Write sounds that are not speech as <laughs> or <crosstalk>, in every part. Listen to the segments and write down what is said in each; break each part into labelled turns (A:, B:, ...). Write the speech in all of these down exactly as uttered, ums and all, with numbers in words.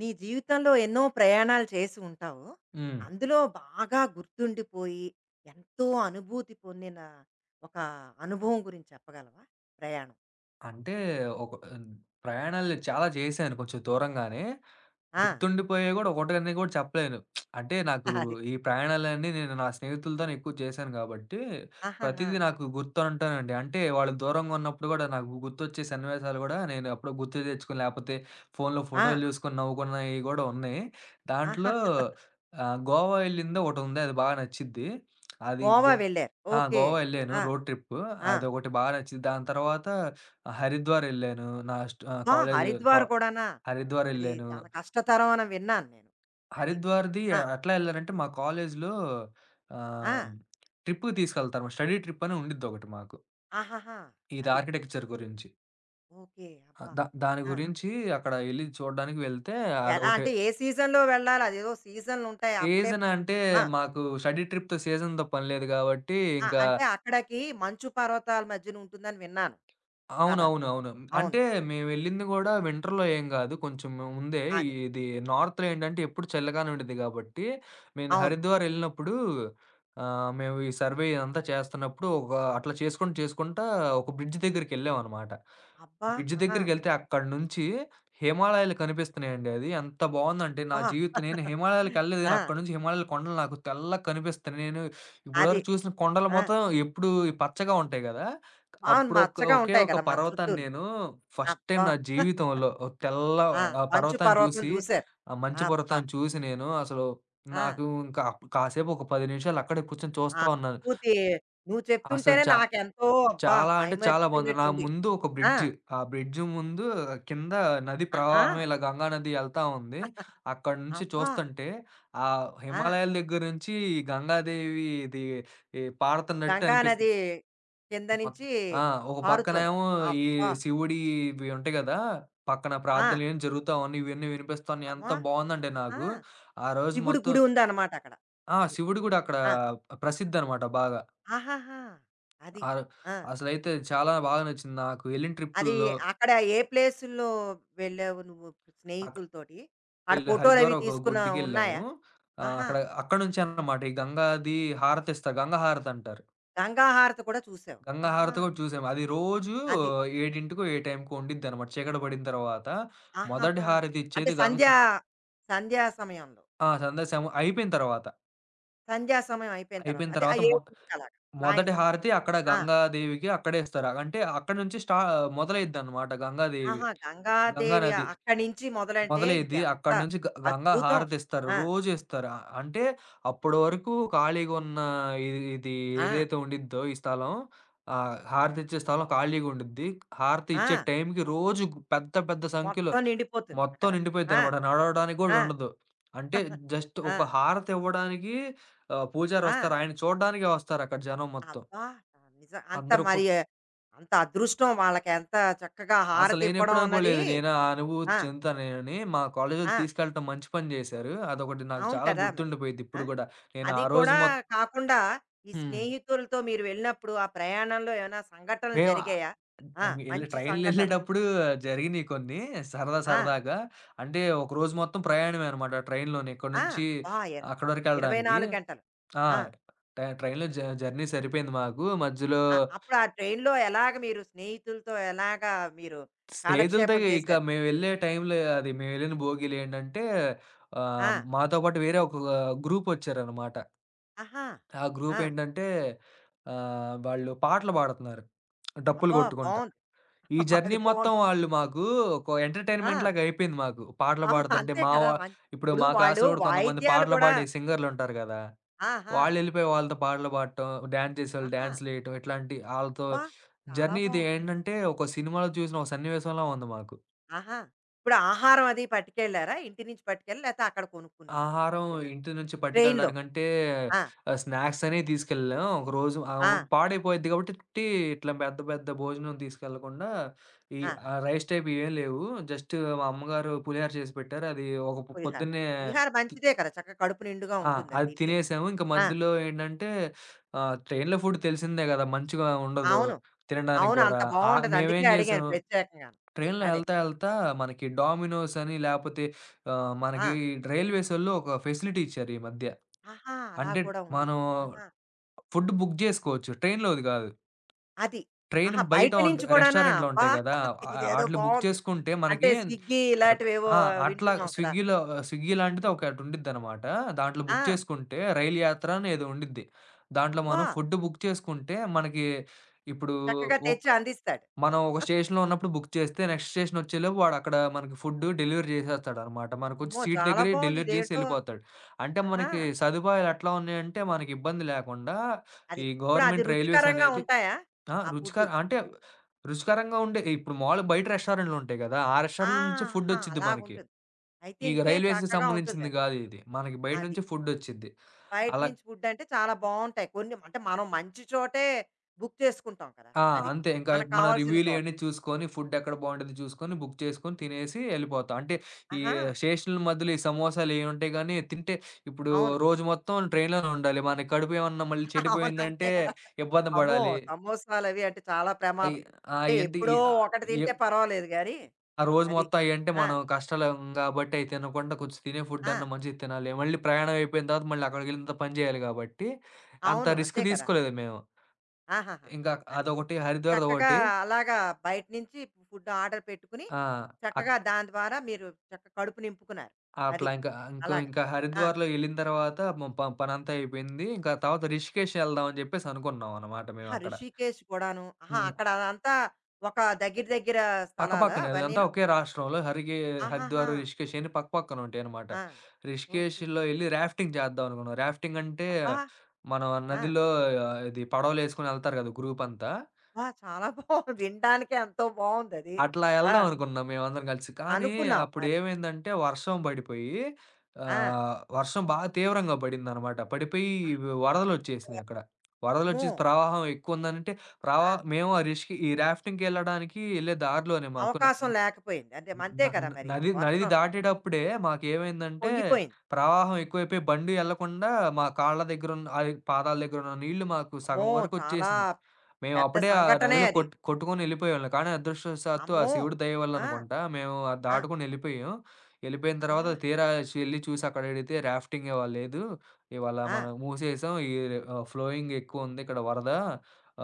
A: నీ జీవితంలో ఎన్నో ప్రయాణాలు చేసి ఉంటావు.
B: హ్మ్.
A: అందులో బాగా గుర్తుండిపోయి, ఎంతో అనుభూతి పొందిన ఒక అనుభవం గురించి చెప్పగలవా? ప్రయాణం.
B: అంటే ఒక ఆహ్, ప్రయాణాలు చాలా చేశాను కొంచెం దూరంగానే.
A: ఆ!
B: గుర్తుండిపోయాయి గూడా ఒకటని గూడా చెప్పలేను. అంటే నాకు
A: <laughs> అది.
B: ఈ ప్రయాణాలన్నీ నేను నా స్నేహితులతోనే ఎక్కువ చేశాను గాబట్టి,
A: ఆహాహా!
B: ప్రతీదీ నాకు గుర్తుంటానండి. అంటే వాళ్ళు దూరంగా ఉన్నప్పుడు గూడా నాకు గుర్తొచ్చే సన్నివేశాలు గూడా నేను ఎప్పుడో గుర్తు తెచ్చుకొని లేపోతే ఫోన్‌లో
A: ఆ!
B: ఫోటోలు జూసుకొని నవ్వుకున్నయి గూడా ఉన్నాయి.
A: ఆహా!
B: దాంట్లో ఆహ్, గోవా ఎళ్ళింది ఒకటుంది. అది బాగా నచ్చిద్ది. అది
A: గోవా
B: గో
A: వెళ్లారు.
B: ఆ!
A: ఓకే.
B: గోవా ఎళ్ళాను
A: ఆ!
B: Road trip.
A: ఆ!
B: అదొకటి బాగా నచ్చింది. దాని తర్వాత హరిద్వారెళ్ళాను. నా స్ట్ ఆహ్,
A: అబ్బా!
B: కాలేజు కా
A: హరిద్వార్ కూడానా? అది
B: హరిద్వారెళ్ళాను.
A: చాలా కష్టతరం అని విన్నాను నేను. అది.
B: హరిద్వార్‌ది
A: ఆ!
B: ఎట్లా ఎళ్లారంటే మా కాలేజ్‌లో
A: ఆ!
B: ఆహ్, ట్రిప్‌కి తీసుకెళ్తారు. స్టడీ ట్రిప్ అని ఉండిద్దొకటి మాకు.
A: ఆహాహా!
B: ఇది
A: అది.
B: ఆర్కిటెక్చర్ గురించి.
A: ఓకే.
B: ఆహ్,
A: అబ్బా!
B: దా దాని
A: ఆ!
B: గురించి అక్కడ ఎళ్లి చూడడానికి వెళ్తే
A: ఎలా
B: అదొకటి.
A: అంటే ఏ సీజన్‌లో వెళ్ళాలి? అదేదో సీజన్‌లుంటాయి. అప్పుడే
B: సీజన్ అంటే
A: ఆ!
B: మాకు స్టడీ ట్రిప్‌తో సీజన్‌తో పని లేదు కాబట్టి
A: ఆ!
B: ఇంకా
A: అంటే అక్కడికి మంచు పర్వతాల మధ్యన ఉంటుందని విన్నాను. కదా!
B: అవునవును. అవును.
A: అవును.
B: అంటే మేమెళ్ళింది గూడా వింటర్‌లో ఏం గాదు. కొంచెం ముందే
A: అదే.
B: ఇది నార్త్‌లో ఏంటంటే ఎప్పుడు చల్లగానే ఉండిద్ది గాబట్టి, నేను
A: అవును.
B: హరిద్వార్ ఎళ్ళినప్పుడు ఆహ్, మేము ఈ సర్వే ఇదంతా చేస్తున్నప్పుడు ఒక అట్లా చేసుకుంటూ చేసుకుంటా ఒక బ్రిడ్జ్ దగ్గరికెళ్ళామనమాట.
A: అబ్బా!
B: బ్రిడ్జ్
A: ఆహా!
B: దగ్గరికెళ్తే అక్కడి నుంచి హిమాలయాలు కనిపిస్తున్నాయండి. అది ఎంత బావుందంటే నా
A: ఆహా!
B: జీవితం నేను హిమాలయాలకెళ్ళలేదు గానీ
A: ఆ!
B: అక్కడి నుంచి హిమాలయాల కొండలు నాకు తెల్లగా కనిపిస్తున్నాయి. నేను
A: అది.
B: ఇప్పటివరకు చూసిన కొండలు
A: ఆ!
B: మొత్తం ఎప్పుడు ఈ పచ్చగా ఉంటాయి గదా!
A: అవును.
B: అప్పుడొక
A: మచ్చగా
B: ఒకే
A: ఉంటాయి
B: ఒక
A: కదా! మన
B: పర్వతాన్ని
A: చుట్టూను.
B: నేను ఫస్ట్ టైమ్
A: అబ్బా!
B: నా జీవితంలో ఒక తెల్ల
A: ఆ!
B: ఆ
A: మంచు
B: పర్వతాన్ని
A: పర్వతం
B: చూసి,
A: చూసారు.
B: ఆ మంచు
A: అబ్బా!
B: పర్వతాన్ని చూసి నేను అసలు
A: ఆ!
B: నాకు ఇంకా అప్- కాసేపు ఒక పది నిమిషాలు అక్కడే కూర్చొని
A: ఆ
B: చూస్తా ఉన్నాను.
A: అనుభూతి నువ్వు
B: అసలు
A: చెప్తుంటేనే
B: చా
A: నాకెంతో అబ్బా!
B: చాలా అంటే చాలా బాగుంది. నా
A: మైమరిచిపోయినట్టుంది.
B: ముందు ఒక
A: ఆ!
B: బ్రిడ్జ్. ఆ బ్రిడ్జ్ ముందు కింద నది
A: ఆహా!
B: ప్రవాహం ఇలా గంగా నది ఎళ్తా ఉంది. అక్కడి నుంచి
A: అబ్బా!
B: చూస్తుంటే ఆ
A: ఆ!
B: హిమాలయాల దగ్గర నుంచి ఈ గంగాదేవి ఇది ఈ పారుతున్నట్టు
A: గంగా నది
B: అనిపిస్తుంది.
A: కింద
B: మొత్
A: నుంచి
B: ఆ! ఒక
A: పారుతోంది.
B: పక్కనేమో ఈ
A: అబ్బా!
B: శివుడియి ఇవి ఉంటాయి గదా! పక్కన
A: ఆ!
B: ప్రార్థనలు ఏం జరుగుతా ఉన్నాయి. ఇవన్నీ వినిపిస్తా ఉన్నాయి. ఎంత
A: అమ్మా!
B: బావుందంటే
A: ఆహా!
B: నాకు, ఆ రోజు
A: శివుడి
B: మొత్తం
A: గుడి ఉందన్నమాట అక్కడ.
B: ఆ!
A: అది.
B: శివుడు గూడా అక్కడ
A: ఆ!
B: ప్రసిద్ధనమాట బాగా.
A: ఆహాహా! అది.
B: ఆహ్,
A: ఆ!
B: అసలైతే చాలా బాగా నచ్చింది నాకు. వెళ్ళిన
A: అది
B: ట్రిప్పుల్లో
A: అక్కడ ఏ ప్లేసుల్లో వెళ్ళావు నువ్వు
B: అక్కడ
A: స్నేహితులతోటి? ఆడ
B: వెళ్ళి హరిద్వార్
A: ఫోటోలవి
B: ఒక
A: తీసుకున్న
B: గుడికెళ్ళాము.
A: ఉన్నాయా?
B: ఆహ్,
A: ఆహా!
B: అక్కడ అక్కడి నుంచే అన్నమాట ఈ గంగాది హారతిస్తారు. గంగా హారతంటారు.
A: గంగా హారతి కూడా చూసావు.
B: గంగా
A: ఆహా!
B: హారతి గూడా చూసాము. అది రోజు
A: అది.
B: ఏడింటికో, ఏ టైంకో ఉండిద్దనమాట. చీకటి పడిన తర్వాత మొదటి
A: ఆహాహా!
B: హారతి
A: అంటే
B: ఇచ్చేది గం
A: సంధ్యా సంధ్యా సమయంలో.
B: ఆ! సందడిసాము. అయిపోయిన తర్వాత,
A: సంధ్యా సమయం అయిపోయిన తర్వాత.
B: అయిపోయిన
A: అదే ఆ
B: తర్వాత మొ
A: ఏడు గంటలకి అలాగా
B: మొదటి
A: సాయంత్రం.
B: హారతి అక్కడ
A: ఆ!
B: గంగాదేవికి అక్కడే ఇస్తారు. అంటే అక్కడి నుంచి స్టా మొదలైద్దనమాట గంగాదేవి,
A: ఆహా!
B: గంగా
A: గంగాదేవి
B: నది.
A: అక్కడి నుంచి మొదలంటే
B: మొదలైద్ది.
A: ఇంకెంత
B: అక్కడి నుంచి గ గంగా
A: అద్భుతం.
B: హారతిస్తారు.
A: ఆ!
B: రోజు ఇస్తారు. ఆహ్, అంటే అప్పడి వరకు ఖాళీగున్న ఇది ఇది
A: ఆ!
B: ఏదైతే ఉండిద్దో ఈ స్థలం ఆహ్, హారతిచ్చే స్థలం ఖాళీగుండిద్ది. హారతి ఇచ్చే
A: ఆ!
B: టైంకి రోజు గు పెద్ద పెద్ద సంఖ్యలో
A: మొత్తం నిండిపోతుంది
B: మొత్తం
A: అక్కడ. ఆ!
B: నిండిపోయిద్దనమాట. నడవడానికి
A: ఆ!
B: గూడా ఉండదు. అంటే జస్ట్
A: ఆ!
B: ఒక హారతివ్వడానికి ఆహ్,
A: ఆ!
B: పూజారొస్తారు. ఆయన చూడ్డానికే వస్తారక్కడ జనం మొత్తం.
A: అబ్బా! నిజం అంత
B: అందరూ ఫు
A: మరి అంత అదృష్టం వాళ్ళకెంత చక్కగా
B: అసలు
A: హారతి
B: నేనెప్పుడు
A: ఇవ్వడం అన్నది.
B: అనుకోలేదు. నేను ఆ అనుభూతి
A: ఆ!
B: చెందుతానేనని. మా కాలేజోళ్ళు
A: ఆ!
B: తీసుకెళ్ళటం మంచి పని జేశారు. అదొకటి నాకు
A: అవును
B: చాలా
A: కదా! మరి.
B: గుర్తుండిపోయిద్ది
A: ఆ!
B: ఇప్పుడు గూడా. నేను ఆ
A: అది
B: రోజు
A: కూడా
B: మొత్
A: కాకుండా ఈ
B: హ్మ్.
A: స్నేహితులతో మీరు వెళ్ళినప్పుడు ఆ ప్రయాణంలో ఏమైనా సంఘటనలు
B: మేము ఆహ్,
A: జరిగాయా? ఆ!
B: హ్మ్. ఎళ్ళి
A: మంచి సంఘటనలు.
B: ట్రైన్‌లెళ్ళేటప్పుడు జరిగినియి కొన్ని సరదా
A: ఆ!
B: సరదాగా. అంటే ఒకరోజు మొత్తం ప్రయాణమే అనమాట ట్రైన్‌లోనే. ఇక్కడి
A: ఆ!
B: నుంచి
A: అబ్బా! ఇర
B: అక్కడి వరకు ఎళ్ళడానికి.
A: ఇరవై నాలుగు గంటలు.
B: ఆ!
A: ఆ!
B: ట్రై ట్రైన్‌లో జ జర్నీ సరిపోయింది మాకు. మధ్యలో
A: అ అప్పుడు ఆ ట్రైన్‌లో ఎలాగ మీరు స్నేహితులతో ఎలాగా మీరు
B: స్నేహితులతో
A: కాలక్షేపం
B: ఇక
A: చేశారు?
B: మేమెళ్ళే టైంలో అది మేమెళ్ళిన భోగిలేంటంటే ఆహ్,
A: ఆ!
B: మాతో పాటు వేరే ఒక గ్రూపొచ్చారనమాట.
A: ఆహా!
B: ఆ
A: ఆ!
B: గ్రూపేంటంటే ఆహ్, వాళ్ళు పాటలు పాడుతున్నారు. డప్పులు
A: అబ్బా!
B: కొట్టుకుంటా.
A: బావుంది.
B: ఈ
A: <laughs>
B: జర్నీ
A: అది
B: మొత్తం
A: బావుంది.
B: వాళ్ళు మాకు ఒక
A: ఆ!
B: ఎంటర్‌టైన్‌మెంట్ లాగా అయిపోయింది మాకు. పాటలు
A: ఆ!
B: పాడుతుంటే
A: అంతే
B: మా
A: కదా!
B: వా
A: మం
B: ఇప్పుడు
A: ఇప్పుడు
B: మా
A: వాళ్ళు
B: క్లాస్‌లో కూడా కొంతమంది
A: వాయిద్యాలు
B: పాటలు
A: కూడా
B: పాడే సింగర్‌లుంటారు గదా!
A: ఆహా!
B: వాళ్ళెళ్ళిపోయి వాళ్ళతో పాటలు పాడటం, డాన్స్ చేసేవాళ్ళు
A: ఆహా!
B: డాన్స్‌లేయటం ఇట్లాంటి ఆళ్ళతో
A: అబ్బా! చాలా
B: జర్నీ ఇది
A: బావుంది.
B: ఏంటంటే ఒక సినిమాలో చూసిన ఒక సన్నివేశంలా ఉంది మాకు.
A: ఆహా! ఇప్పుడు ఆహారం అది పట్టుకెళ్లారా? ఇంటి నుంచి పట్టుకెళ్ళి లేతే అక్కడ కొనుక్కుని
B: ఆహారం
A: తిన్నా
B: ఇంటి నుంచి
A: ట్రైన్‌లో.
B: పట్టుకెళ్ళడానికంటే
A: ఆ!
B: ఆహ్, స్నాక్స్ అనే తీసుకెళ్ళాం. ఒకరోజు ఆహ్,
A: ఆ!
B: పాడైపోయిద్ది కాబట్టి ఇట్లా పెద్ద పెద్ద భోజనం తీసుకెళ్ళకుండా ఈ
A: ఆ!
B: ఆహ్, రైస్ టైప్ ఏం లేవు. జస్ట్ మా అమ్మగారు పులిహోర చేసి పెట్టారు. అది ఒక పొ
A: పులిహార.
B: పొద్దున్నే
A: పులిహార
B: తి
A: మంచిదే కదా! చక్కగా కడుపు నిండుగా
B: ఆ!
A: ఉంటుంది అది
B: అది
A: తింటే.
B: తినేసాము. ఇంక
A: ఆ!
B: మధ్యలో ఏంటంటే ఆహ్, ట్రైన్‌లో ఫుడ్ తెలిసిందే గదా! మంచిగా ఉండదు
A: అవును.
B: తినడానికి
A: అవును.
B: గూడా.
A: అంత
B: ఆహ్,
A: బావుండదు. అందుకే
B: మేమేం జేసాం
A: అడిగాను ప్రత్యేకంగాను.
B: ట్రైన్‌లో
A: అదే.
B: ఎళ్తా, ఎళ్తా మనకి డోమినోస్ అని లేపోతే ఆహ్,
A: ఆ!
B: మనకి రైల్వేసోళ్ళు ఒక ఫెసిలిటీ ఇచ్చారు ఈ మధ్య.
A: ఆహా! అలా
B: అంటే
A: కూడా ఉంది.
B: మనం
A: ఆహా!
B: ఫుడ్ బుక్ జేసుకోవచ్చు. ట్రైన్‌లోది గాదు.
A: అది.
B: ట్రైన్
A: ఆహా!
B: బయట
A: బయట
B: ఉంట్
A: నుంచి కూడానా?
B: రెస్టారెంట్‌లో
A: అబ్బా!
B: ఉంటాయి గదా!
A: <laughs>
B: ఆహ్,
A: ఇదేదో
B: ఆటిలో బుక్
A: బావుంది.
B: చేసుకుంటే
A: అంటే
B: మనకి
A: స్విగ్గీ
B: ర్
A: ఇలాంటివేవో
B: ఆ! అట్లా
A: వింటున్నాం కదా!
B: స్విగ్గీలో స్విగ్గీ లాంటిది ఒకటి ఉండిద్దనమాట. దాంట్లో
A: ఆ!
B: బుక్ చేసుకుంటే రైలు యాత్ర అనేదో ఉండిద్ది. దాంట్లో
A: అబ్బా!
B: మనం ఫుడ్ బుక్ చేసుకుంటే మనకి ఇప్పుడు
A: చక్కగా
B: ఒక్
A: తెచ్చి అందిస్తాడు.
B: మనం ఒక స్టేషన్‌లో ఉన్నప్పుడు బుక్ చేస్తే నెక్స్ట్ స్టేషన్ వచ్చేలోపు వాడక్కడ మనకి ఫుడ్డు డెలివరీ చేసేస్తాడనమాట. మనకొచ్చి
A: అమ్మో!
B: సీట్
A: చాలా
B: దగ్గరే
A: బావుంది.
B: డెలివరీ చేసి
A: ఇదేంటో
B: ఎళ్ళిపోతాడు. అంటే
A: ఆహా!
B: మనకి సదుపాయాలు ఎట్లా ఉన్నాయంటే మనకి ఇబ్బంది లేకుండా
A: అది.
B: ఈ
A: ఇప్పుడు అది
B: గవర్నమెంట్ రైల్వేస్
A: రుచికరంగా
B: అనేది
A: ఉంటాయా?
B: ఆ!
A: ఆ
B: రుచికర
A: ఫుడ్డు?
B: అంటే రుచికరంగా ఉండే ఇప్పుడు మాములుగా బయట రెస్టారెంట్‌లు ఉంటాయి గదా! ఆ
A: ఆ!
B: రెస్టారెంట్‌ల నుంచి ఫుడ్
A: ఆహా!
B: వచ్చిద్ది మనకి.
A: అలాగుంటుంది. అయితే
B: ఈ
A: ఇంకే
B: రైల్వేస్‌కి
A: చక్కగా ఉంటుందది.
B: సంబంధించింది
A: అది.
B: గాదు ఇది. మనకి బయట
A: అది
B: నుంచి ఫుడ్ వచ్చిద్ది.
A: బయట
B: అలా
A: నుంచి ఫుడ్ అంటే చాలా బావుంటాయి. కొన్ని అంటే మనం మంచి చోటే బుక్ చేసుకుంటాం కదా!
B: ఆ!
A: అది.
B: అంతే ఇంకా
A: మనకు
B: మన
A: కావాల్సిన చోట.
B: రివ్యూ‌లియన్నీ చూసుకొని, ఫుడ్ ఎక్కడ బావుంటది చూసుకొని, బుక్ చేసుకొని, తినేసి ఎళ్ళిపోతాం. అంటే ఈ
A: ఆహా!
B: స్టేషన్‌ల మధ్యలో ఈ సమోసాలయ్యుంటాయి గానీ, తింటే ఇప్పుడు
A: అవును.
B: రోజు మొత్తం ట్రైన్‌లోనే ఉండాలి. మన కడుపు ఏమన్నా మళ్ళీ
A: <laughs> అవును. అంతే
B: చెడిపోయిందంటే
A: కదా!
B: ఇబ్బంది
A: అమ్మో!
B: పడాలి.
A: సమోసాలవి అంటే చాలా
B: అయి
A: ప్రమాదం.
B: ఆ!
A: అంటే
B: అయ్యంటే ఈ
A: ఎప్పుడో
B: ఆహ్,
A: ఒకటి తింటే
B: ఎప్
A: పర్వాలేదు గానీ,
B: ఆ రోజు
A: అది.
B: మొత్తం అయ్యంటే
A: ఆ!
B: మనం కష్టాలేం గాబట్టి అయి తినకుండా కొంచెం తినే
A: ఆ!
B: ఫుడ్డన్నా మంచిది తినాలి. మళ్ళీ ప్రయాణం అయిపోయిన తర్వాత మళ్ళీ అక్కడికెళ్ళిన తర్వాత పని జేయాలి గాబట్టి, అంత
A: అవును.
B: రిస్క్
A: అంతే కదా!
B: తీసుకోలేదు మేము.
A: ఆహాహా!
B: ఇంకా
A: అది.
B: అదొకటి
A: చక్కగా
B: హరిద్వార్‌దొకటి.
A: అలాగా బయట నుంచి ఫుడ్ ఆర్డర్ పెట్టుకుని,
B: ఆ! అక్
A: చక్కగా దాని ద్వారా మీరు చక్క కడుపు నింపుకున్నారు. అది.
B: అట్లా ఇంకా ఇంకో
A: అలాగా.
B: ఇంకా
A: ఆ!
B: హరిద్వార్‌లో ఎళ్ళిన తర్వాత మ ప పనంతా అయిపోయింది. ఇంకా తర్వాత రిషికేష్ ఎళ్దాం అని జెప్పేసి అనుకున్నాం అన్నమాట
A: ఆహా!
B: మేమక్కడ.
A: రిషికేష్ కూడాను. ఆహా!
B: హ్మ్.
A: అక్కడ అదంతా ఒక దగ్గర దగ్గర స్థలాలా
B: పక్కపక్కనే అదంతా
A: అవన్నీను?
B: ఒకే రాష్ట్రంలో హరిగే హరిద్వార్,
A: ఆహాహా!
B: రిషికేష్ అయన్నీ పక్కపక్కన ఉంటాయన్నమాట.
A: ఆ! ఓకే.
B: రిషికేష్‌లో ఎళ్లి రాఫ్టింగ్ చేద్దాం అనుకున్నాం. రాఫ్టింగ్ అంటే
A: అబ్బా!
B: మనం
A: ఆ!
B: నదిలో ఆహ్, ఇది పడవలేసుకొని ఎళ్తారు గదా! గ్రూప్ అంతా.
A: అబ్బా! చాలా బావుంది. వినడానికే ఎంతో బావుందది.
B: అట్లా
A: ఆ!
B: ఎళ్దాం అనుకున్నాం మేమందరం కలిసి. కానీ
A: అనుకున్నావు అది.
B: అప్పుడేమైందంటే వర్షం పడిపోయి
A: ఆ!
B: ఆహ్, వర్షం బా తీవ్రంగా పడిందనమాట. పడిపోయి
A: ఆహా! పెద్ద
B: వరదలొచ్చేసినియి అక్కడ.
A: వర్షం. అమ్మో!
B: వరదలొచ్చేసి ప్రవాహం ఎక్కువుందనంటే
A: ఆ!
B: ప్రవా మేము ఆ రిష్‌కి ఈ రాఫ్టింగ్‌కెళ్ళడానికి ఎళ్ళే దారిలోనే మాకు న
A: అవకాశం లేకపోయింది. అంటే
B: న
A: అంతే కదా
B: న
A: మరి.
B: నది నది
A: వర్షం
B: దాటేటప్పుడే మాకేమైందంటే,
A: పొంగిపోయింది.
B: ప్రవాహం ఎక్కువైపోయి బండి ఎళ్ళకుండా మా కాళ్ళ దగ్గరున్న అది పాదాల దగ్గరున్న నీళ్ళు మాకు
A: అమ్మో!
B: సగం
A: చాలా
B: వరకొచ్చేసింది. మేము
A: పెద్ద
B: అప్పుడే ఆ
A: సంఘటనే
B: నదిలో
A: అది.
B: కొట్ కొట్టుకొని ఎళ్ళిపోయేవాళ్ళం. కానీ అదృష్టవశాత్తు ఆ
A: అమ్మో!
B: శివుడి దయ
A: ఆ!
B: వల్లనుకుంటా మేము అది
A: ఆ!
B: దాటుకొని ఎళ్ళిపోయాం. ఎళ్ళిపోయిన
A: అబ్బా!
B: తర్వాత తీరా చ్ ఎళ్లి చూసి అక్కడడిగితే రాఫ్టింగ్ ఇవాళ లేదు. ఇవాళ
A: ఆ!
B: మనం మూసేసాం. ఈ ఆహ్, ఫ్లోయింగ్ ఎక్కువుంది. ఇక్కడ వరద.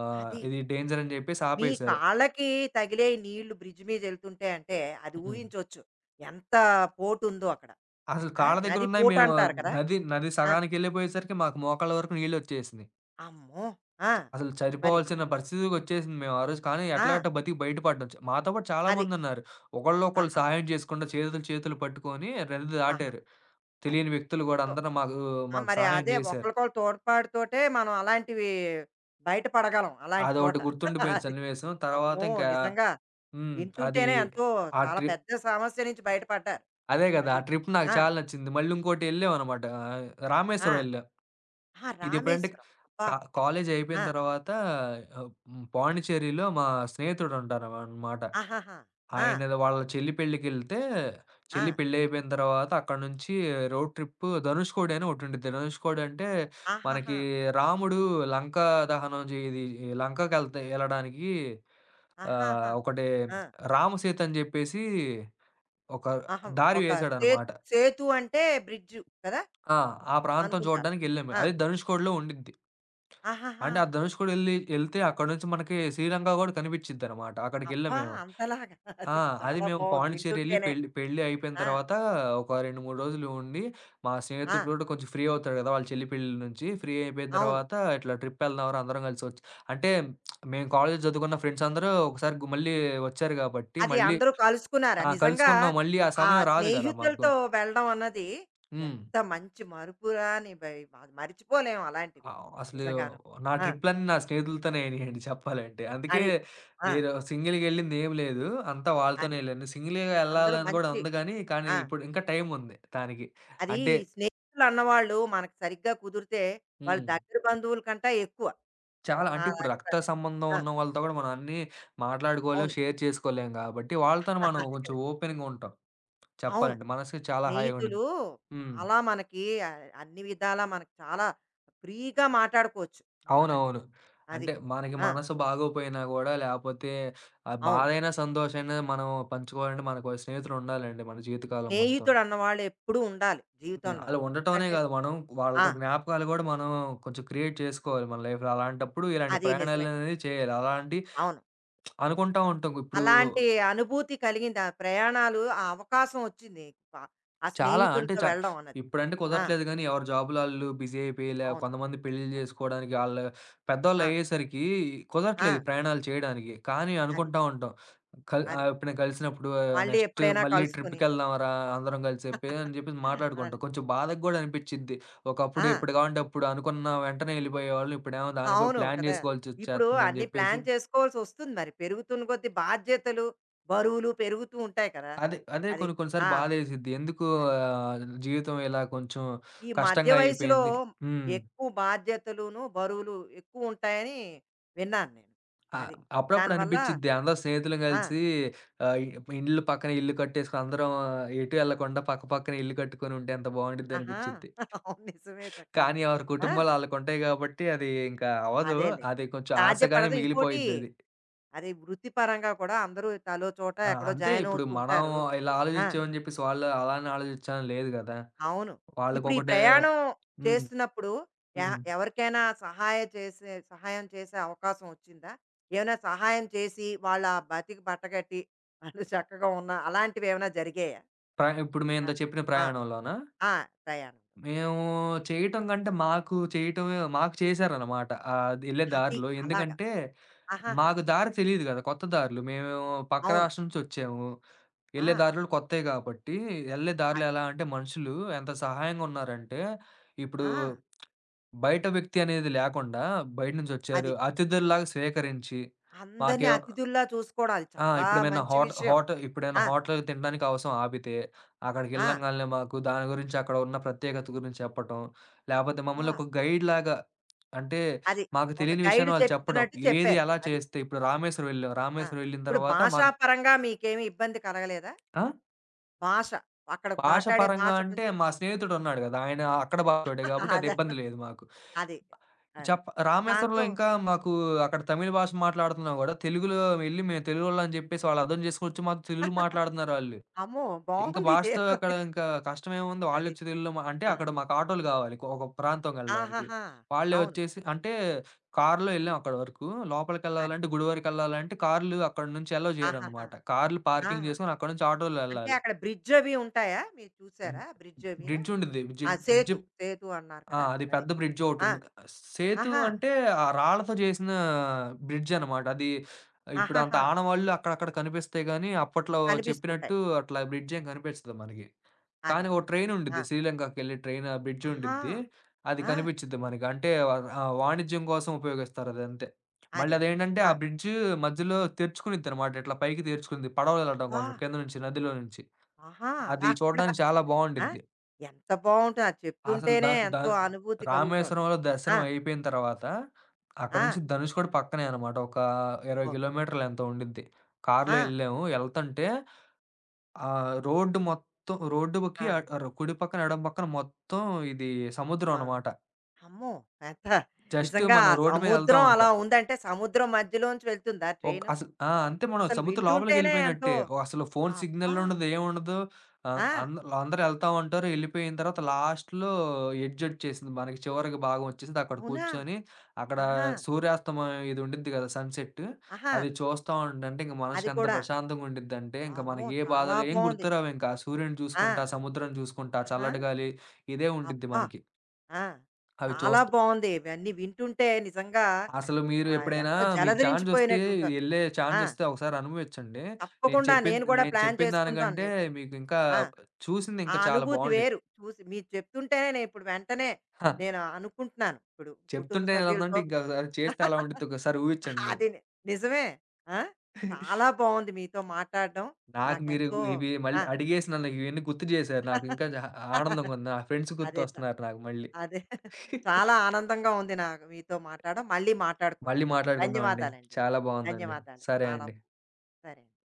B: ఆహ్,
A: అది.
B: ఇది డేంజర్ అని జెప్పేసి
A: మీ
B: ఆపేశారు.
A: కాళ్ళకి తగిలే నీళ్లు బ్రిడ్జ్ మీద వెళ్తుంటే అంటే అది
B: హ్మ్.
A: ఊహించొచ్చు. ఎంత పోటు ఉందో అక్కడ.
B: అసలు
A: ఆ!
B: కాళ్ళ
A: నది
B: దగ్గరున్నాయి.
A: పోటు
B: మేము
A: అంటారు కదా!
B: నది, నది
A: ఆ!
B: సగానికెళ్ళిపోయేసరికి మాకు మోకాళ్ళ వరకు నీళ్ళొచ్చేసినియి.
A: అమ్మో! ఆ!
B: అసలు
A: మరి
B: చనిపోవాల్సిన పరిస్థితికొచ్చేసింది మేము ఆ రోజు. కానీ
A: ఆ!
B: ఎట్లాగట్ట బతికి బయట పడ్డాం. చ మాతో పాటు చాలా
A: అది.
B: మందున్నారు. ఒకళ్ళనొకళ్ళు
A: ఆహా!
B: సహాయం చేసుకుంటా చేతులు, చేతులు పట్టుకొని నది
A: ఆహా!
B: దాటారు.
A: అది.
B: తెలియని వ్యక్తులు గూడా
A: సో,
B: అందరూ మాకు,
A: ఆ!
B: మాకు
A: మరి
B: సహాయం
A: అదే
B: జేశారు.
A: ఒకళ్ళకొకళ్ళు తోడ్పాటుతోటే మనం అలాంటివి బయట పడగలం అలాంటి
B: అదొకటి
A: చోట. <laughs>
B: గుర్తుండిపోయిన
A: అది.
B: సన్నివేశం. తర్వాత
A: అమ్మో!
B: ఇంకా
A: నిజంగా
B: హ్మ్. అది
A: వింటుంటేనే ఎంతో
B: ఆ
A: చాలా
B: ట్రిప్
A: పెద్ద సమస్య నుంచి బయటపడ్డారు.
B: అదే గదా!
A: అది.
B: ఆ ట్రిప్ నాకు
A: ఆ!
B: చాలా నచ్చింది. మళ్ళీ ఇంకోటి ఎళ్ళామనమాట. ఆహ్, రామేశ్వరం
A: ఆ!
B: ఎళ్ళాం.
A: ఆ!
B: ఇదెప్పుడంటే
A: రామేశ్వరం. అబ్బా!
B: కా కాలేజ్ అయిపోయిన
A: ఆ!
B: తర్వాత ఆహ్, హ్మ్. పాండిచ్చేరిలో మా స్నేహితుడుంటారనమాట.
A: ఆహాహా! ఆ!
B: ఆయనది వాళ్ళ చెల్లి పెళ్ళికెళ్తే,
A: ఆ!
B: చెల్లి పెళ్ళయిపోయిన తర్వాత అక్కడి నుంచి రోడ్ ట్రిప్పు ధనుష్కోడి అని ఒకటుండిద్ది. ధనుష్కోడంటే మనకి
A: ఆహాహా!
B: రాముడు లంకా దహనం జే ఇది లంకకెళ్తే ఎళ్ళడానికి ఆహ్,
A: ఆహాహా!
B: ఒకటి
A: ఆ!
B: రామసేతు అని జెప్పేసి ఒక
A: ఆహా!
B: దారి
A: ఒక సే
B: వేశాడనమాట.
A: సేతు అంటే బ్రిడ్జు కదా!
B: ఆ! ఆ ప్రాంతం
A: అనుకుంటాను.
B: చూడడానికెళ్ళాము.
A: ఆ!
B: అది ధనుష్కోడిలో ఉండిద్ది.
A: ఆహాహా!
B: అంటే ఆ ధనుష్‌కోడి ఎళ్లి ఎళ్తే అక్కడ నుంచి మనకి శ్రీలంక గూడా కనిపిచ్చిద్దనమాట. అక్కడికెళ్ళాం
A: అబ్బా!
B: మేము.
A: అంతలాగా <laughs>
B: ఆ!
A: అది
B: అది
A: చాలా
B: మేము
A: బావుంది
B: పాండిచ్చేరి ఎళ్లి
A: వింటుంటేనే.
B: పెళ్లి పెళ్లి అయిపోయిన
A: ఆ!
B: తర్వాత ఒక రెండు, మూడు రోజులు ఉండి, మా
A: ఆ!
B: స్నేహితుడు కూడా కొంచెం ఫ్రీ అవుతాడు గదా! వాళ్ళ చెల్లి పెళ్లి నుంచి. ఫ్రీ అయిపోయిన
A: అవును.
B: తర్వాత ఇట్లా ట్రిప్ ఎళ్దాంరా అందరం కలిసి వచ్చి అంటే మేము కాలేజ్ చదువుకున్న ఫ్రెండ్స్ అందరూ ఒకసారి గు మళ్ళీ వచ్చారు గాబట్టి
A: అది
B: మళ్ళీ
A: అందరూ కలుసుకున్నారా?
B: ఆ!
A: నిజంగా
B: కలుసుకున్నాం. మళ్ళీ ఆ
A: ఆ
B: సమయం రాదు గదా! మాకు.
A: స్నేహితులతో వెళ్ళడం అన్నది
B: హ్మ్.
A: ఎంత మంచి మరుపురాని బై అది మరిచిపోలేము
B: ఆ!
A: అలాంటివి
B: అసలు
A: నిజంగాను.
B: నా
A: ఆ!
B: ట్రిప్‌లన్నీ నా స్నేహితులతోనే అయినాయండి చెప్పాలంటే. అందుకే
A: అది. ఆ!
B: నేను సింగిల్‌గెళ్ళింది ఏమి లేదు. అంతా వాళ్ళతోనే
A: అది.
B: ఎళ్ళాను. సింగిల్‌గా
A: అందరూ
B: ఎళ్ళాలని కూడా
A: మంచి
B: ఉంది గానీ, కానీ
A: ఆ!
B: ఇప్పుడు ఇంకా టైం ఉంది దానికి.
A: అది
B: అంటే
A: స్నేహితులు అన్నవాళ్ళు మనకు సరిగ్గా కుదిరితే వాళ్ళ
B: హ్మ్.
A: దగ్గర బంధువుల కంటే ఎక్కువ
B: చాలా
A: నా
B: అంటే ఇప్పుడు
A: లెక్క
B: రక్త
A: ప్రకారం.
B: సంబంధం
A: ఆ!
B: ఉన్న వాళ్ళతో కూడా మనం అన్నీ మాట్లాడుకోలేం,
A: అవును.
B: షేర్ చేసుకోలేం గాబట్టి, వాళ్ళతోనే
A: <laughs>
B: మనం
A: అదే
B: కొంచెం
A: కదా!
B: ఓపెన్‌గా ఉంటాం
A: అవును.
B: చెప్పాలంటే. మనసుకి చాలా హాయిగా ఉండిద్ది.
A: స్నేహితులు
B: హ్మ్.
A: చాలా మనకి ఆహ్, అన్ని విధాలా మనకు చాలా ఫ్రీగా మాటాడుకోవచ్చు నువ్వన్నట్టుగా.
B: అవునవును.
A: అది.
B: అంటే మనకి
A: ఆ!
B: మనసు బాగోపోయినా గూడా లేపోతే ఆ
A: అవును.
B: బాధైనా, సంతోషమైనా మనం పంచుకోవాలంటే మనకో స్నేహితుడుండాలండి మన జీవితకాలం మొత్తం.
A: స్నేహితుడు అన్నవాళ్ళు ఎప్పుడూ ఉండాలి
B: హ్మ్. అలా
A: జీవితంలోని.
B: ఉండటమనే
A: ఎందుకంటే
B: గాదు మనం
A: ఆ!
B: వాళ్ళతో జ్ఞాపకాలు గూడా మనం కొంచెం క్రియేట్ చేసుకోవాలి మన లైఫ్‌లో. అలాంటప్పుడు ఇలాంటి
A: అది నిజమే.
B: ప్రయాణాలనేవి చేయాలి. అలాంటి
A: అవును.
B: అనుకుంటా ఉంటాం. ఇప్పుడు
A: అలాంటి అనుభూతి కలిగింది. ఆ ప్రయాణాలు ఆ అవకాశం వచ్చింది. ప ఆ ఆ
B: చాలా అంటే
A: స్నేహితులతో
B: చా
A: వెళ్ళడం అన్నది.
B: ఇప్పుడంటే
A: ఆ!
B: కుదరట్లేదు గానీ, ఎవరి జాబులు ఆళ్ళు బిజీ అయిపోయి, లే
A: అవును.
B: కొంతమంది పెళ్ళిళ్ళు
A: అది.
B: జేసుకోవడానికి ఆళ్ళ పెద్దోళ్ళు
A: ఆ!
B: అయ్యేసరికి
A: ఆ!
B: కుదరట్లేదు ప్రయాణాలు చేయడానికి. కానీ
A: అది.
B: అనుకుంటా ఉంటాం. కల్ ఆహ్,
A: అది.
B: ఎప్పుడైనా కలిసినప్పుడు ఆహ్,
A: మళ్ళీ
B: నెక్స్ట్
A: ఎప్పుడైనా
B: మళ్ళీ
A: కలుసుకొని.
B: ట్రిప్‌కెళ్దాం రా అందరం కలిసి చెప్పి అని జెప్పేసి మాట్లాడుకుంటాం.
A: అది.
B: కొంచెం బాధగా గూడా అనిపిచ్చిద్ది. ఒకప్పుడు
A: ఆ!
B: ఎప్పుడు కావాలంటే అప్పుడు అనుకున్న వెంటనే ఎళ్ళిపోయేవాళ్ళు. ఇప్పుడేమో దానికి గూడా
A: అవును
B: ప్లాన్
A: కదా! ఇప్పుడు
B: జేసుకోవాల్సొచ్చేత్తందని
A: అన్నీ
B: జెప్పేసి
A: ప్లాన్ చేసుకోవాల్సొస్తుంది మరి. పెరుగుతున్న కొద్దీ బాధ్యతలు, బరువులు పెరుగుతూ ఉంటాయి కదా!
B: అదే, అదే
A: అది.
B: కొన్ని కొన్ని సార్లు
A: ఆ!
B: బాధేసిద్ది. ఎందుకు
A: అది.
B: ఆహ్, జీవితం ఇలా కొంచెం
A: ఈ మధ్య
B: కష్టంగా
A: వయసులో
B: అయిపోయింది. హ్మ్.
A: ఎక్కువ బాధ్యతలును, బరువులు ఎక్కువుంటాయని విన్నాను నేను.
B: ఆ!
A: అది.
B: అప్పుడప్పుడు
A: దానివల్ల
B: అనిపిచ్చిద్ది. అందరం స్నేహితులం
A: ఆ!
B: కలిసి ఆహ్, ఇ ఇండ్లు పక్కన ఇల్లు కట్టేసుకొని అందరం ఎటు ఎళ్ళకుండా పక్క పక్కనే ఇల్లు కట్టుకొని ఉంటే ఎంత బావుండిద్ది
A: ఆహా!
B: అనిపిచ్చిద్ది.
A: <laughs> అవును. నిజమే చక్కను.
B: కానీ ఎవరి
A: ఆ!
B: కుటుంబాలు ఆళ్ళకుంటాయి కాబట్టి అది ఇంకా అవ్వదు.
A: అదేలే.
B: అది కొంచెం ఆశగానే
A: సాధ్యపడదు. ఇంకోటి
B: మిగిలిపోయిద్దది.
A: అది వృత్తిపరంగా కూడా అందరూ తలో చోట
B: ఆ!
A: ఎక్కడో
B: అంతే
A: జాయిన్
B: ఇప్పుడు
A: అవుతూ
B: మనం
A: ఉంటారు.
B: ఇలా
A: ఆ!
B: ఆలోచించామని చెప్పేసి వాళ్ళు అలానే ఆలోచించాలని లేదు గదా!
A: అవును. ఇప్పుడు ఈ
B: వాళ్ళకొకటే
A: ప్రయాణం
B: హ్మ్.
A: చేస్తున్నప్పుడు యా
B: హ్మ్.
A: ఎవరికైనా సహాయ చేసే సహాయం చేసే అవకాశం వచ్చిందా? ఏమైనా సహాయం చేసి వాళ్ళ బతికి బట్టగట్టి వాళ్ళు చక్కగా ఉన్న అలాంటివేమైనా జరిగాయా?
B: ప్ర ఇప్పుడు
A: ఆ!
B: మేవిందాక చెప్పిన
A: ఆ!
B: ప్రయాణంలోనా?
A: ఆ! ప్రయాణం.
B: మేము చేయటం కంటే మాకు చేయటమే మాకు చేశారన్నమాట. ఆహ్, ఎళ్ళే
A: అది
B: దారిలో.
A: అలాగా.
B: ఎందుకంటే,
A: ఆహాహా!
B: మాకు దారి తెలీదు గదా! కొత్త దారులు. మేము పక్క
A: అవును.
B: రాష్ట్రం నుంచొచ్చాము.
A: ఆ!
B: ఎళ్ళే దారులు కొత్తయి కాబట్టి, ఎళ్ళే దారిలో
A: అది.
B: ఎలా అంటే మనుషులు ఎంత సహాయంగా ఉన్నారంటే, ఇప్పుడు
A: ఆ!
B: బయట వ్యక్తి అనేది లేకుండా బయట నుంచొచ్చారు.
A: అది.
B: అతిథుల్లాగా స్వీకరించి,
A: అందరిని
B: మాకేం
A: అతిథుల్లా చూసుకోవడం అది
B: ఆ!
A: చాలా
B: ఇప్పుడేమైనా
A: మంచి
B: హోట
A: విషయం.
B: హోట ఇప్పుడేమైనా
A: ఆ!
B: హోటల్‌కి తినడానికి అవసరం ఆపితే,
A: ఆ!
B: అక్కడికెళ్ళంగాల్నే మాకు దాని గురించి అక్కడ ఉన్న ప్రత్యేకత గురించి చెప్పటం, లేపోతే మమ్మల్ని
A: ఆ!
B: ఒక గైడ్‌లాగా అంటే,
A: అది.
B: మాకు
A: ఒక
B: తెలియని
A: గైడ్
B: విషయాన్ని వాళ్ళు చెప్పడం.
A: చెప్తున్నట్టు
B: ఏది
A: చెప్పారు.
B: ఎలా
A: అది.
B: చేస్తే ఇప్పుడు రామేశ్వరం వెళ్ళాం.
A: ఆ!
B: రామేశ్వరం వెళ్ళిన
A: ఇప్పుడు
B: తర్వాత మాకు
A: భాషాపరంగా మీకేమి ఇబ్బంది కలగలేదా?
B: ఆ!
A: భాష. అక్కడ
B: భాష
A: మాట్లాడే
B: పరంగా
A: భాష
B: అంటే
A: కొంచెం
B: మా స్నేహితుడున్నాడు గదా! ఆయన అక్కడ భాషోడే గాబట్టి
A: <laughs>
B: అది
A: అదే.
B: ఇబ్బంది లేదు మాకు.
A: అది. అది.
B: చెప్ప రామేశ్వరంలో
A: దాంతో
B: ఇంకా మాకు అక్కడ తమిళ్ భాష మాట్లాడుతున్నా గూడా తెలుగులో వెళ్లి మేము తెలుగోళ్ళని జెప్పేసి వాళ్ళు అర్థం జేసుకొచ్చి మాతో తెలుగులో
A: <laughs>
B: మాట్లాడుతున్నారు ఆళ్ళు.
A: అమ్మో!
B: ఇంక భాషతో అక్కడ
A: బావుందిదేదోని.
B: ఇంకా కష్టమేముంది.
A: అది.
B: వాళ్ళొచ్చి తెలుగులో మా అంటే
A: ఆ!
B: అక్కడ మాకు ఆటోలు గావాలి. ఒక ప్రాంతం ఎళ్ళడానికి.
A: ఆహాహా!
B: వాళ్ళే
A: అవును.
B: వచ్చేసి అంటే కారులో ఎళ్ళాం అక్కడి వరకు.
A: అది.
B: లోపలికెళ్ళాలంటే, గుడి వరకెళ్ళాలంటే కార్లు అక్కడి నుంచి అలౌ
A: ఆహాహా!
B: చేయరనమాట. కార్లు
A: ఆ!
B: పార్కింగ్ చేసుకొని అక్కడి నుంచి ఆటోలో
A: అంటే
B: ఎళ్ళాలి.
A: అక్కడ బ్రిడ్జ్ అవి ఉంటాయా? మీరు
B: హ్మ్.
A: చూసారా బ్రిడ్జ్ అవిను?
B: బ్రిడ్జ్ ఉండిద్ది. బ్రిడ్జ్
A: ఆ!
B: బ్రిడ్జ్
A: సేతు. సేతు అన్నారు
B: ఆ!
A: కదా!
B: అది
A: అది.
B: పెద్ద బ్రిడ్జ్
A: ఆ!
B: ఒకటుండి సేతు
A: ఆహా!
B: అంటే ఆ రాళ్ళతో చేసిన బ్రిడ్జ్ అనమాట. అది ఇప్పుడు అంత
A: ఆహాహా!
B: ఆనవాళ్లు అక్కడక్కడ కనిపిస్తాయి గానీ, అప్పట్లో
A: కనిపిస్తూ ఉంటాయి.
B: చెప్పినట్టు అట్లా బ్రిడ్జ్ ఏం కనిపించదు మనకి. కానీ
A: అదే. అదే.
B: ఓ ట్రైన్ ఉండిద్ది.
A: ఆ!
B: శ్రీలంకకెళ్ళే ట్రైన్ ఆ బ్రిడ్జ్
A: ఆహా!
B: ఉండిద్ది. అది
A: ఆ!
B: కనిపిచ్చిద్ది మనకి. అంటే ఆహ్, ఆ వాణిజ్యం కోసం ఉపయోగిస్తారు అదంతే. మళ్ళీ
A: అదే. అదే.
B: అదేంటంటే ఆ
A: ఆ!
B: బ్రిడ్జ్ మధ్యలో తెరుచుకునిద్దనమాట. ఇట్లా పైకి తెరుచుకునిద్ది. పడవలెళ్ళటం
A: ఆ!
B: కోసం కింద నుంచి నదిలో
A: ఆ!
B: నుంచి.
A: ఆహా!
B: అది
A: అలా కూడా.
B: చూడడానికి చాలా
A: ఆ!
B: బావుండిద్ది.
A: ఎంత బావుంటుంది. అది
B: అసలు ద
A: చెప్తుంటేనే
B: ద
A: ఎంతో అనుభూతి కలుగుతోంది.
B: రామేశ్వరంలో
A: ఆ!
B: దర్శనం అయిపోయిన తర్వాత అక్కడి
A: ఆ!
B: నుంచి ధనుష్కోడి పక్కనే అనమాట. ఒక ఇరవై
A: ఓకే.
B: కిలోమీటర్లు ఎంతో ఉండిద్ది. కారులో
A: ఆ!
B: యెళ్ళాము. యెళ్తంటే ఆ! రోడ్డు మొత్తం రోడ్డుకి
A: ఆ!
B: ఆహ్, కుడి పక్కన, ఎడమ పక్కన మొత్తం ఇది సముద్రం
A: మా
B: అనమాట.
A: అమ్మో! ఎంత
B: జస్ట్
A: నిజంగా
B: మనం
A: ఆ
B: రోడ్డు మీద ఎళ్తా
A: సముద్రం అలా
B: ఉంటాం.
A: ఉందంటే, సముద్రం మధ్యలోంచి వెళ్తుందా
B: ఒక్
A: ట్రైను?
B: అసలు ఆ! అంతే మనం
A: అసలు
B: సముద్రం
A: వింటుంటేనే ఎంతో
B: లోపలికెళ్ళిపోయినట్టే. ఓ అసలు ఫోను
A: అబ్బా!
B: సిగ్నలుండదు, ఏముండదు. ఆహ్,
A: ఆ!
B: అంద అందరూ ఎళ్తా ఉంటారు. ఎళ్ళిపోయిన తర్వాత లాస్ట్‌లో ఎడ్జొచ్చేసింది. మనకి చివరికి భాగం వచ్చేసింది. అక్కడ
A: అవునా?
B: కూర్చొని, అక్కడ
A: ఆహా!
B: సూర్యాస్తమయం ఇది ఉండిద్ది కదా! సన్‌సెట్టు.
A: ఆహా!
B: అది చూస్తా ఉండంటే ఇంక
A: అది
B: మనసుకి ఎంత
A: కూడా.
B: ప్రశాంతంగా ఉండిద్దంటే, ఇంక
A: అమ్మో!
B: మనకి ఏ
A: చాలా
B: బాధలు ఏం
A: బావుంది.
B: గుర్తురావింక. ఆ సూర్యుడిని
A: ఆ!
B: చూసుకుంటా, సముద్రం చూసుకుంటా,
A: ఆహా!
B: చల్లటి గాలి ఇదే ఉండిద్ది
A: అబ్బా!
B: మనకి.
A: ఆ!
B: అవి
A: చాలా
B: చూస్త
A: బావుంది. ఇవన్నీ వింటుంటే నిజంగా
B: అసలు మీరు
A: ఆహ్,
B: ఎప్పుడైనా
A: ఎంతో
B: మీకు ఛాన్సొస్తే
A: జలధరించిపోయినట్టుంటది.
B: ఎళ్ళే
A: ఆ!
B: ఛాన్సొస్తే ఒకసారి అనుభవిచ్చండి. నేను
A: తప్పకుండా
B: చెప్పింది
A: నేను కూడా
B: నేను
A: ప్లాన్
B: చెప్పిన
A: చేసుకుందాను
B: దానికంటే
A: నేనిప్పుడు.
B: మీకు ఇంకా
A: ఆ!
B: చూసింది
A: ఆ
B: ఇంకా చాలా
A: అనుభూతి
B: బావుండిద్ది.
A: వేరు. చూసి మీరు చెప్తుంటేనే నేనిప్పుడు వెంటనే
B: హా!
A: నేను అనుకుంటున్నాను ఇప్పుడు. కుటుంబ
B: చెప్తుంటే ఎలా ఉందంటే
A: సభ్యులతో
B: ఇంకోసారి చేస్తే ఎలా
A: <laughs>
B: ఉండిద్దో ఒకసారి ఊహిచ్చండి మీరు.
A: అది ని నిజమే. ఆ! చాలా బావుంది మీతో మాట్లాడడం.
B: నాకు మీరు
A: నాకెంతో
B: ఇవి మళ్ళీ
A: ఆ!
B: అడిగేసి నన్ను ఇవన్నీ గుర్తు జేశారు. నాకు ఇంకా జ
A: <laughs>
B: ఆనందంగుంది. నా ఫ్రెండ్స్
A: అదే.
B: గుర్తొస్తున్నారు నాకు మళ్ళీ.
A: అదే. <laughs> చాలా ఆనందంగా ఉంది నాకు మీతో మాట్లాడడం. మళ్ళీ
B: మళ్ళీ
A: మాట్లాడుకుందాం.
B: మాట్లాడుకుందామండి.
A: ధన్యవాదాలండి.
B: చాలా బావుందండి.
A: ధన్యవాదాలు.
B: సరే
A: చాలా
B: అండి.
A: సరే.